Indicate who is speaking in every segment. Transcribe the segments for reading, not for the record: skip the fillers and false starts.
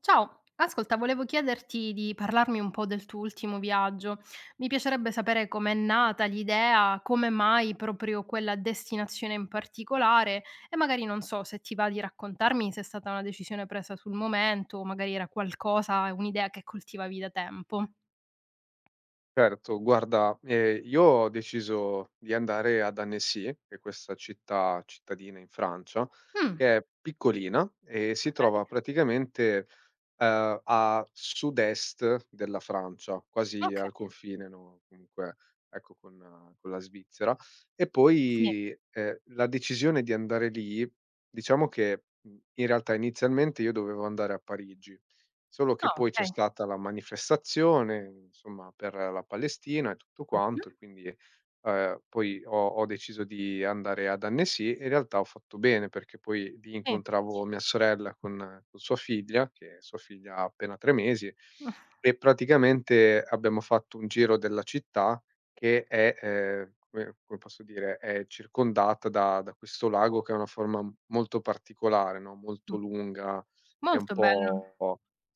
Speaker 1: Ciao, ascolta, volevo chiederti di parlarmi un po' del tuo ultimo viaggio. Mi piacerebbe sapere com'è nata l'idea, come mai proprio quella destinazione in particolare e magari non so se ti va di raccontarmi se è stata una decisione presa sul momento o magari era qualcosa un'idea che coltivavi da tempo.
Speaker 2: Certo, guarda, io ho deciso di andare ad Annecy, che è questa città cittadina in Francia,
Speaker 1: Mh,
Speaker 2: che è piccolina e si trova
Speaker 1: okay,
Speaker 2: praticamente, a sud-est della Francia, quasi al
Speaker 1: okay,
Speaker 2: confine, no, comunque, ecco, con la Svizzera. E
Speaker 1: sì.
Speaker 2: poi, la decisione di andare lì, diciamo che, in realtà inizialmente io dovevo andare a Parigi. Solo che
Speaker 1: Ah,
Speaker 2: poi c'è
Speaker 1: okay.
Speaker 2: stata la manifestazione, insomma, per la Palestina e tutto quanto,
Speaker 1: Mh-mh,
Speaker 2: e quindi, poi ho deciso di andare ad Annecy, e in realtà ho fatto bene, perché poi lì
Speaker 1: sì.
Speaker 2: incontravo mia sorella con sua figlia, che sua figlia ha appena 3 mesi, e praticamente abbiamo fatto un giro della città che è, come posso dire, è circondata da questo lago che ha una forma molto particolare, no, molto
Speaker 1: Mh,
Speaker 2: lunga, che è un
Speaker 1: molto bello.
Speaker 2: po'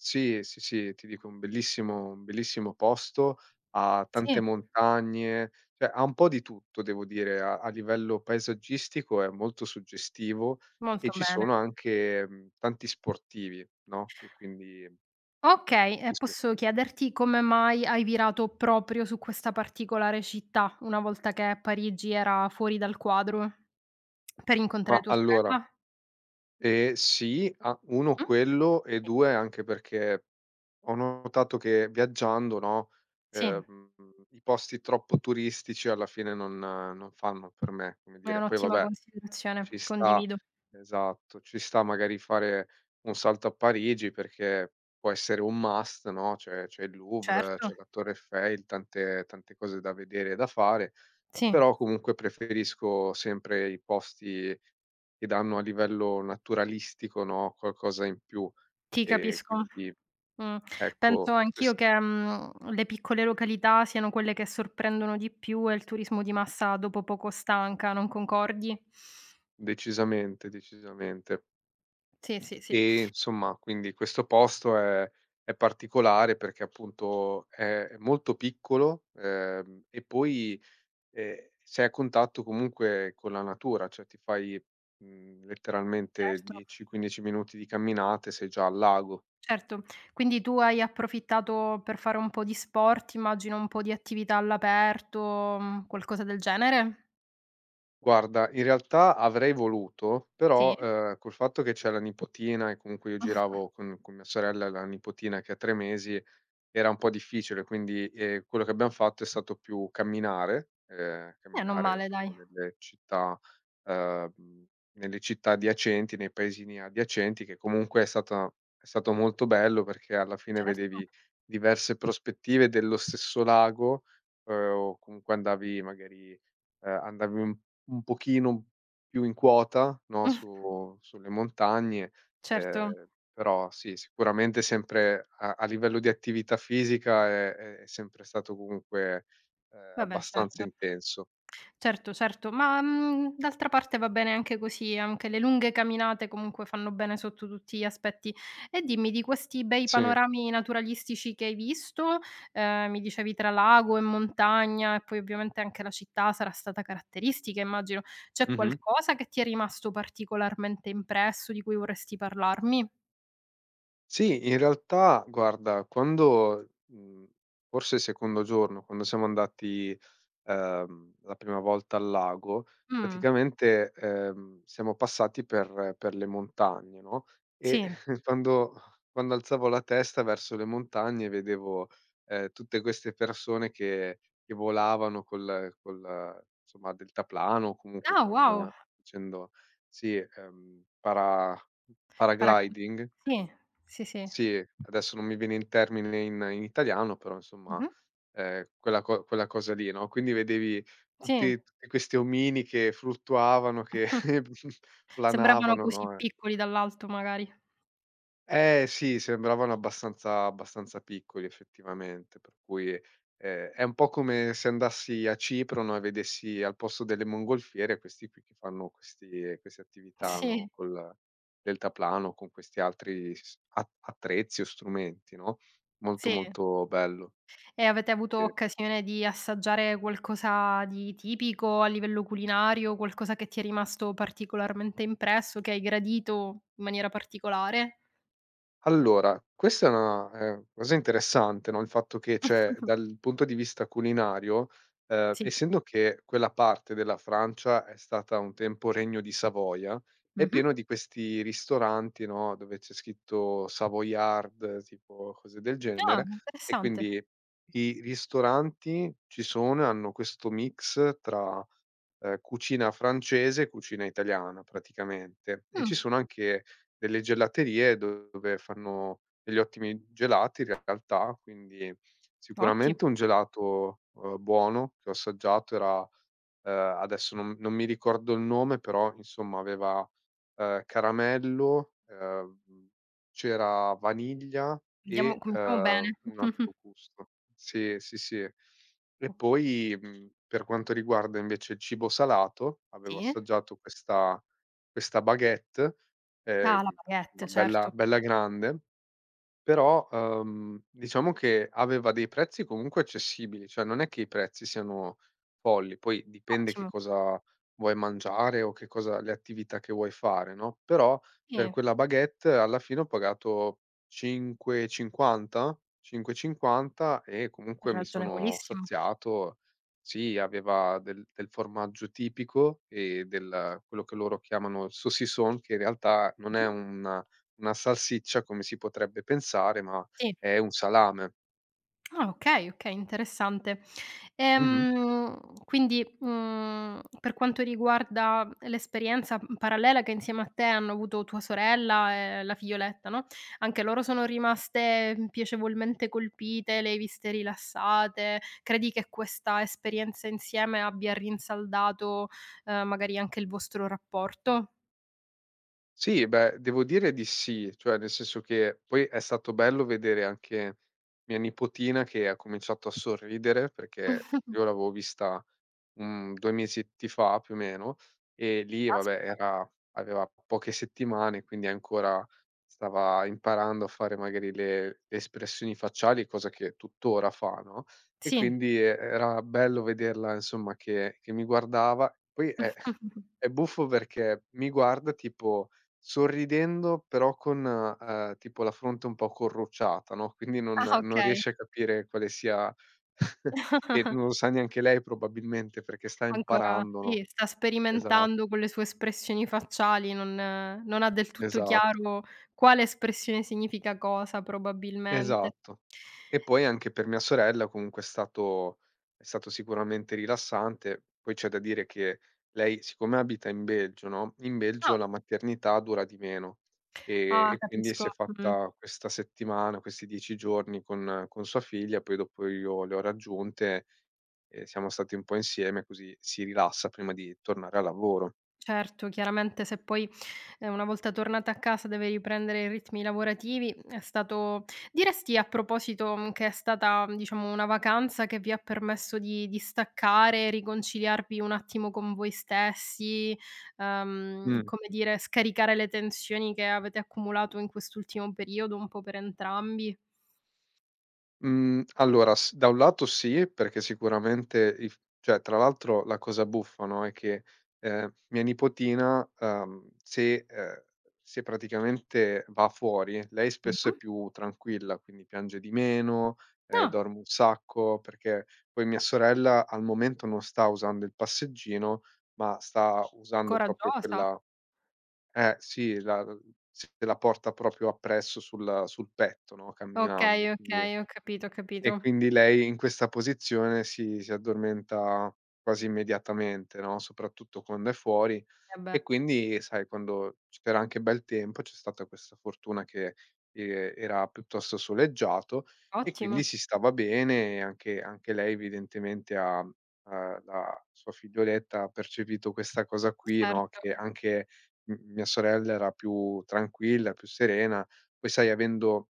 Speaker 2: sì, sì, sì, ti dico un bellissimo posto. Ha tante
Speaker 1: Sì,
Speaker 2: montagne, cioè ha un po' di tutto devo dire, a livello paesaggistico è molto suggestivo, e
Speaker 1: molto
Speaker 2: ci
Speaker 1: bene.
Speaker 2: sono anche, tanti sportivi, no, e quindi
Speaker 1: Okay,
Speaker 2: ci
Speaker 1: e
Speaker 2: sono
Speaker 1: posso chiederti come mai hai virato proprio su questa particolare città, una volta che Parigi era fuori dal quadro? Per incontrare
Speaker 2: ma
Speaker 1: tua
Speaker 2: allora,
Speaker 1: sorella?
Speaker 2: sì, a 1
Speaker 1: Mh?
Speaker 2: quello e 2 anche perché ho notato che viaggiando, no,
Speaker 1: Sì,
Speaker 2: ehm, i posti troppo turistici alla fine non fanno per me, come
Speaker 1: è
Speaker 2: dire. Poi,
Speaker 1: un'ottima
Speaker 2: vabbè,
Speaker 1: considerazione,
Speaker 2: ci sta,
Speaker 1: condivido.
Speaker 2: esatto, ci sta magari fare un salto a Parigi perché può essere un must, no, c'è il Louvre,
Speaker 1: Certo,
Speaker 2: c'è la Torre Eiffel, tante cose da vedere e da fare,
Speaker 1: sì,
Speaker 2: però comunque preferisco sempre i posti che danno a livello naturalistico, no, qualcosa in più,
Speaker 1: ti
Speaker 2: e
Speaker 1: capisco.
Speaker 2: quindi
Speaker 1: Mh, penso
Speaker 2: ecco, ques
Speaker 1: anch'io che, le piccole località siano quelle che sorprendono di più e il turismo di massa dopo poco stanca, non concordi?
Speaker 2: decisamente, decisamente.
Speaker 1: Sì, sì, sì,
Speaker 2: E insomma, quindi questo posto è particolare perché appunto è molto piccolo, e poi, ehm, sei a contatto comunque con la natura, cioè ti fai, letteralmente
Speaker 1: certo.
Speaker 2: 10, 15 minuti di camminate, sei già al lago.
Speaker 1: Certo, quindi tu hai approfittato per fare un po' di sport, immagino un po' di attività all'aperto, qualcosa del genere?
Speaker 2: Guarda, in realtà avrei voluto,
Speaker 1: Sì?
Speaker 2: però, col fatto che c'è la nipotina e comunque io giravo con mia sorella e la nipotina che ha 3 mesi. Era un po' difficile, quindi, quello che abbiam fatto è stato più camminare,
Speaker 1: Non male dai.
Speaker 2: insomma nelle città, uhm, adiacenti, nei paesini adiacenti, che comunque è stato molto bello perché alla fine
Speaker 1: Certo.
Speaker 2: vedevi diverse prospettive dello stesso lago, o comunque andavi magari, andavi un pochino più in quota, no, su sulle montagne.
Speaker 1: Certo.
Speaker 2: ehm Però sì, sicuramente sempre a livello di attività fisica è sempre stato comunque,
Speaker 1: Vabbè
Speaker 2: abbastanza
Speaker 1: certo.
Speaker 2: intenso.
Speaker 1: Certo, certo, ma, d'altra parte va bene anche così, anche le lunghe camminate comunque fanno bene sotto tutti gli aspetti. E dimmi di questi bei
Speaker 2: Sì.
Speaker 1: panorami naturalistici che hai visto, mi dicevi tra lago e montagna e poi ovviamente anche la città sarà stata caratteristica immagino, c'è
Speaker 2: Mh-mh.
Speaker 1: qualcosa che ti è rimasto particolarmente impresso, di cui vorresti parlarmi?
Speaker 2: Sì, in realtà guarda, quando, forse il secondo giorno, quando siamo andati, la prima volta al lago,
Speaker 1: Mh,
Speaker 2: praticamente, siamo passati per le montagne, no, e
Speaker 1: sì.
Speaker 2: quando quando alzavo la testa verso le montagne vedevo, tutte queste persone che volavano col insomma deltaplano, o comunque
Speaker 1: Ah,
Speaker 2: con
Speaker 1: wow!
Speaker 2: facendo, sì,
Speaker 1: Paraca
Speaker 2: paragliding.
Speaker 1: Sì, sì, sì.
Speaker 2: Sì, adesso non mi viene in termine in italiano, però insomma,
Speaker 1: Mh-mh.
Speaker 2: quella co quella cosa lì, no, quindi vedevi
Speaker 1: Sì.
Speaker 2: tutti questi omini che fluttuavano, che
Speaker 1: Sembravano
Speaker 2: planavano,
Speaker 1: così
Speaker 2: no, eh.
Speaker 1: piccoli dall'alto magari.
Speaker 2: Eh sì, sembravano abbastanza piccoli effettivamente, per cui, è un po' come se andassi a Cipro, no, e vedessi al posto delle mongolfiere questi qui che fanno questi queste attività, no,
Speaker 1: Sì,
Speaker 2: col deltaplano, con questi altri s a attrezzi o strumenti, no, molto,
Speaker 1: sì.
Speaker 2: molto bello.
Speaker 1: E avete avuto
Speaker 2: Sì.
Speaker 1: occasione di assaggiare qualcosa di tipico a livello culinario, qualcosa che ti è rimasto particolarmente impresso, che hai gradito in maniera particolare?
Speaker 2: Allora, questa è una, cosa interessante, no, il fatto che, cioè, dal punto di vista culinario,
Speaker 1: Sì.
Speaker 2: essendo che quella parte della Francia è stata un tempo regno di Savoia, è
Speaker 1: Mh-mh.
Speaker 2: pieno di questi ristoranti, no, dove c'è scritto Savoyard, tipo cose del
Speaker 1: Ah,
Speaker 2: genere, e
Speaker 1: interessante.
Speaker 2: quindi i ristoranti ci sono e hanno questo mix tra, cucina francese e cucina italiana praticamente, e ci
Speaker 1: Mh,
Speaker 2: sono anche delle gelaterie dove fanno degli ottimi gelati in realtà, quindi sicuramente
Speaker 1: ottimo.
Speaker 2: un gelato, buono che ho assaggiato era. Adesso non mi ricordo il nome, però insomma aveva, caramello, c'era vaniglia
Speaker 1: Andiamo,
Speaker 2: e,
Speaker 1: cominciamo bene.
Speaker 2: un altro gusto. Sì, sì, sì. E poi, per quanto riguarda invece il cibo salato, avevo
Speaker 1: Sì.
Speaker 2: assaggiato questa baguette,
Speaker 1: Ah, la
Speaker 2: insomma
Speaker 1: baguette,
Speaker 2: bella
Speaker 1: certo.
Speaker 2: bella grande, però, diciamo che aveva dei prezzi comunque accessibili, cioè non è che i prezzi siano folli, poi dipende che
Speaker 1: Ottimo.
Speaker 2: cosa vuoi mangiare o che cosa le attività che vuoi fare, no, però per
Speaker 1: Sì,
Speaker 2: quella baguette alla fine ho pagato 5,50? 5,50 e cinquanta, e comunque mi sono
Speaker 1: ragionevolissimo.
Speaker 2: saziato. Sì, aveva del formaggio tipico e del quello che loro chiamano il saucisson, che in realtà non è
Speaker 1: Mh-mh.
Speaker 2: un una salsiccia come si potrebbe pensare, ma
Speaker 1: Sì.
Speaker 2: è un salame.
Speaker 1: Ah, okay, okay, interessante.
Speaker 2: Mh-mh.
Speaker 1: Ehm, quindi, per quanto riguarda l'esperienza, parallela che insieme a te hanno avuto tua sorella e la figlioletta, no, anche loro sono rimaste, piacevolmente colpite, le hai viste rilassate. Credi che questa esperienza insieme abbia rinsaldato, magari anche il vostro rapporto?
Speaker 2: Sì, beh, devo dire di sì, cioè nel senso che poi è stato bello vedere anche mia nipotina che ha cominciato a sorridere, perché io l'avevo vista, 2 mesetti fa più o meno, e lì vabbè
Speaker 1: Caspita.
Speaker 2: era aveva poche settimane, quindi ancora stava imparando a fare magari le espressioni facciali, cosa che tuttora fa, no,
Speaker 1: Sì.
Speaker 2: era bello vederla insomma che mi guardava. Poi è buffo perché mi guarda tipo sorridendo, però con, tipo la fronte un po' corrucciata, no, quindi
Speaker 1: Ah,
Speaker 2: non
Speaker 1: okay.
Speaker 2: riesce a capire quale sia. E non lo sa neanche lei probabilmente, perché sta
Speaker 1: Ancora
Speaker 2: imparando, no.
Speaker 1: sì, sta
Speaker 2: Esa
Speaker 1: sperimentando con le sue espressioni facciali, non ha del tutto
Speaker 2: esatto.
Speaker 1: chiaro quale espressione significa cosa probabilmente.
Speaker 2: Esatto. E poi anche per mia sorella comunque è stato sicuramente rilassante. Poi c'è da dire che lei, siccome abita in Belgio, no, in
Speaker 1: No,
Speaker 2: Belgio la maternità dura di meno,
Speaker 1: ah,
Speaker 2: e quindi
Speaker 1: capisco,
Speaker 2: si è
Speaker 1: mh.
Speaker 2: fatta questa settimana, questi 10 giorni con sua figlia, poi dopo io le ho raggiunte e siamo stati un po' insieme, così si rilassa prima di tornare al lavoro.
Speaker 1: Certo, chiaramente se poi, una volta tornata a casa deve riprendere i ritmi lavorativi, è stato diresti a proposito, che è stata, diciamo, una vacanza che vi ha permesso di staccare, riconciliarvi un attimo con voi stessi,
Speaker 2: Mh.
Speaker 1: come dire, scaricare le tensioni che avete accumulato in quest'ultimo periodo un po' per entrambi?
Speaker 2: Mhmm, allora s da un lato sì, perché sicuramente i f cioè tra l'altro la cosa buffa, no, è che, mia nipotina, se praticamente va fuori, lei spesso è
Speaker 1: Mh-mh.
Speaker 2: più tranquilla, quindi piange di meno,
Speaker 1: Ah,
Speaker 2: dorme un sacco, perché poi mia sorella al momento non sta usando il passeggino, ma sta usando proprio
Speaker 1: coraggiosa.
Speaker 2: quella. Eh sì, la se la porta proprio appresso sul petto, no, camminando,
Speaker 1: Okay, okay, ho capito, ho capito.
Speaker 2: quindi lei in questa posizione si addormenta quasi immediatamente, no, soprattutto quando è fuori,
Speaker 1: Eh beh,
Speaker 2: e quindi sai quando c'era anche bel tempo, c'è stata questa fortuna che, era piuttosto soleggiato, e
Speaker 1: ottimo.
Speaker 2: quindi si stava bene, e anche lei evidentemente, ha ha la sua figlioletta ha percepito questa cosa qui, no,
Speaker 1: Certo,
Speaker 2: che anche m mia sorella era più tranquilla, più serena. Poi sai, avendo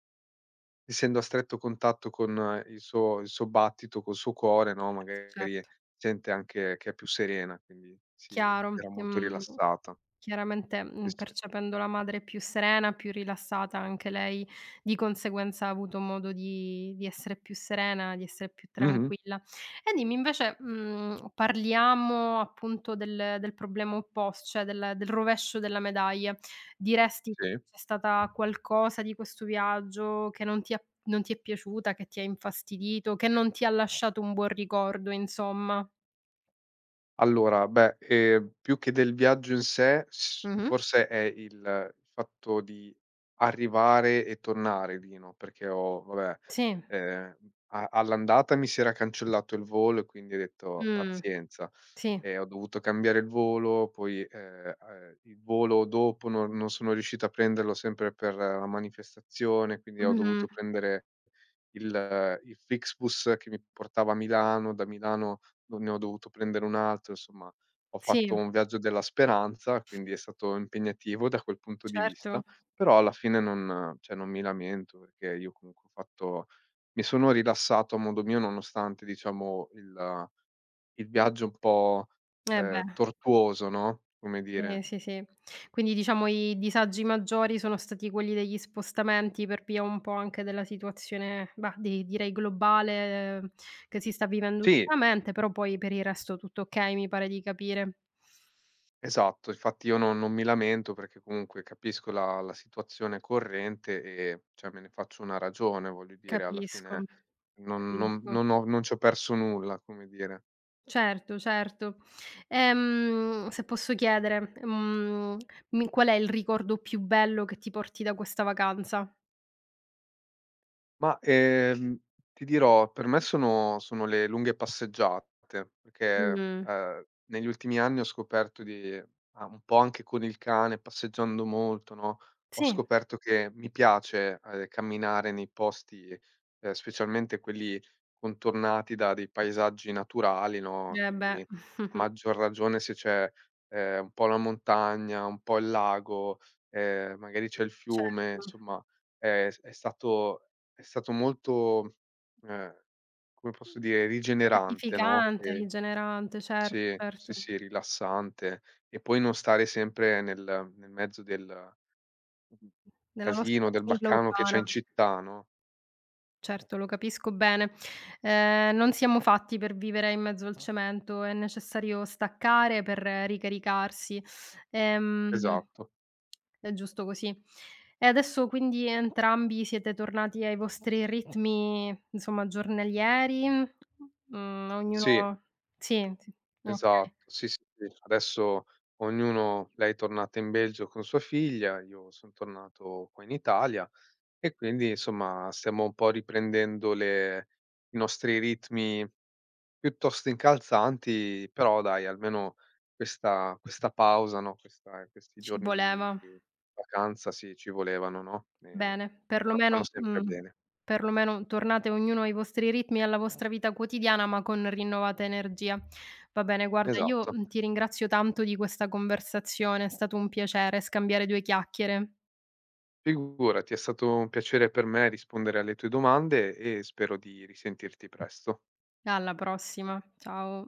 Speaker 2: essendo a stretto contatto con, il suo battito, col suo cuore, no,
Speaker 1: certo,
Speaker 2: magari
Speaker 1: certo.
Speaker 2: sente anche che è più serena, quindi sì,
Speaker 1: Chiaro,
Speaker 2: era molto rilassata.
Speaker 1: chiaramente,
Speaker 2: Sì, sì.
Speaker 1: percependo la madre più serena, più rilassata anche lei, di conseguenza ha avuto modo di essere più serena, di essere più
Speaker 2: Mh-mh.
Speaker 1: tranquilla. E dimmi invece, parliamo appunto del problema opposto, cioè del rovescio della medaglia. Diresti che
Speaker 2: Sì.
Speaker 1: c'è stata qualcosa di questo viaggio che non ti è piaciuta, che ti ha infastidito, che non ti ha lasciato un buon ricordo insomma?
Speaker 2: Allora, beh, più che del viaggio in sé, s
Speaker 1: Mh-mh.
Speaker 2: forse è il fatto di arrivare e tornare lì, no, perché ho vabbè,
Speaker 1: Sì,
Speaker 2: ehm, a all'andata mi si era cancellato il volo, e quindi ho detto:
Speaker 1: mh.
Speaker 2: "Pazienza."
Speaker 1: Sì,
Speaker 2: E ho dovuto cambiare il volo, poi, il volo dopo non sono riuscito a prenderlo sempre per la manifestazione, quindi ho
Speaker 1: mh-mh.
Speaker 2: dovuto prendere il Flixbus che mi portava a Milano, da Milano do ne ho dovuto prendere un altro, insomma ho
Speaker 1: Sì,
Speaker 2: fatto un viaggio della speranza, quindi è stato impegnativo da quel punto di
Speaker 1: certo.
Speaker 2: vista, però alla fine non cioè non mi lamento, perché io comunque ho fatto mi sono rilassato a modo mio, nonostante diciamo il viaggio un po',
Speaker 1: Eh beh,
Speaker 2: tortuoso, no, come
Speaker 1: sì,
Speaker 2: dire.
Speaker 1: sì, sì. Quindi diciamo i disagi maggiori sono stati quelli degli spostamenti per via un po' anche della situazione, bah, di direi globale, che si sta vivendo
Speaker 2: Sì,
Speaker 1: ultimamente, però poi per il resto tutto okay, mi pare di capire.
Speaker 2: esatto, infatti io non mi lamento perché comunque capisco la situazione corrente, e cioè me ne faccio una ragione, voglio dire alla
Speaker 1: Capisco,
Speaker 2: fine
Speaker 1: capisco.
Speaker 2: non c'ho perso nulla, come dire.
Speaker 1: Certo, certo. Se posso chiedere, mi qual è il ricordo più bello che ti porti da questa vacanza?
Speaker 2: Ma, ti dirò, per me sono le lunghe passeggiate, perché,
Speaker 1: Mh,
Speaker 2: negli ultimi anni ho scoperto, un po' anche con il cane, passeggiando molto, no, ho
Speaker 1: sì.
Speaker 2: scoperto che mi piace, camminare nei posti, specialmente quelli contornati da dei paesaggi naturali, no,
Speaker 1: Eh
Speaker 2: quindi
Speaker 1: beh,
Speaker 2: a maggior ragione se c'è, un po' la montagna, un po' il lago, magari c'è il fiume,
Speaker 1: certo.
Speaker 2: insomma, è s è stato è stato molto, ehm, come posso dire, rigenerante, no,
Speaker 1: Gratificante, rigenerante, certo,
Speaker 2: sì, sì,
Speaker 1: certo.
Speaker 2: sì, rilassante. E poi non stare sempre nel mezzo del, mhmm,
Speaker 1: Nella
Speaker 2: casino,
Speaker 1: nostra
Speaker 2: del
Speaker 1: giungla
Speaker 2: baccano che c'è
Speaker 1: urbana.
Speaker 2: in città, no,
Speaker 1: Certo, lo capisco bene. Non siamo fatti per vivere in mezzo al cemento, è necessario staccare per ricaricarsi. Ehm,
Speaker 2: esatto.
Speaker 1: è giusto così. E adesso quindi entrambi siete tornati ai vostri ritmi, insomma, giornalieri? Mhmm,
Speaker 2: Sì,
Speaker 1: ognuno sì, sì, okay,
Speaker 2: esatto, sì, sì, sì. Adesso ognuno lei è tornata in Belgio con sua figlia, io son tornato qua in Italia, e quindi, insomma, stiamo un po' riprendendo le i nostri ritmi piuttosto incalzanti, però dai, almeno questa pausa, no, questa questi
Speaker 1: ci
Speaker 2: giorni
Speaker 1: voleva.
Speaker 2: di vacanza, sì, ci volevano, no,
Speaker 1: Bene,
Speaker 2: fa fanno
Speaker 1: perlomeno
Speaker 2: sempre
Speaker 1: mh,
Speaker 2: bene.
Speaker 1: perlomeno tornate ognuno ai vostri ritmi e alla vostra vita quotidiana, ma con rinnovata energia. Va bene, guarda, io,
Speaker 2: Esatto.
Speaker 1: ti ringrazio tanto di questa conversazione, è stato un piacere scambiare due chiacchiere.
Speaker 2: Figurati, è stato un piacere per me rispondere alle tue domande e spero di risentirti presto.
Speaker 1: Alla prossima, ciao.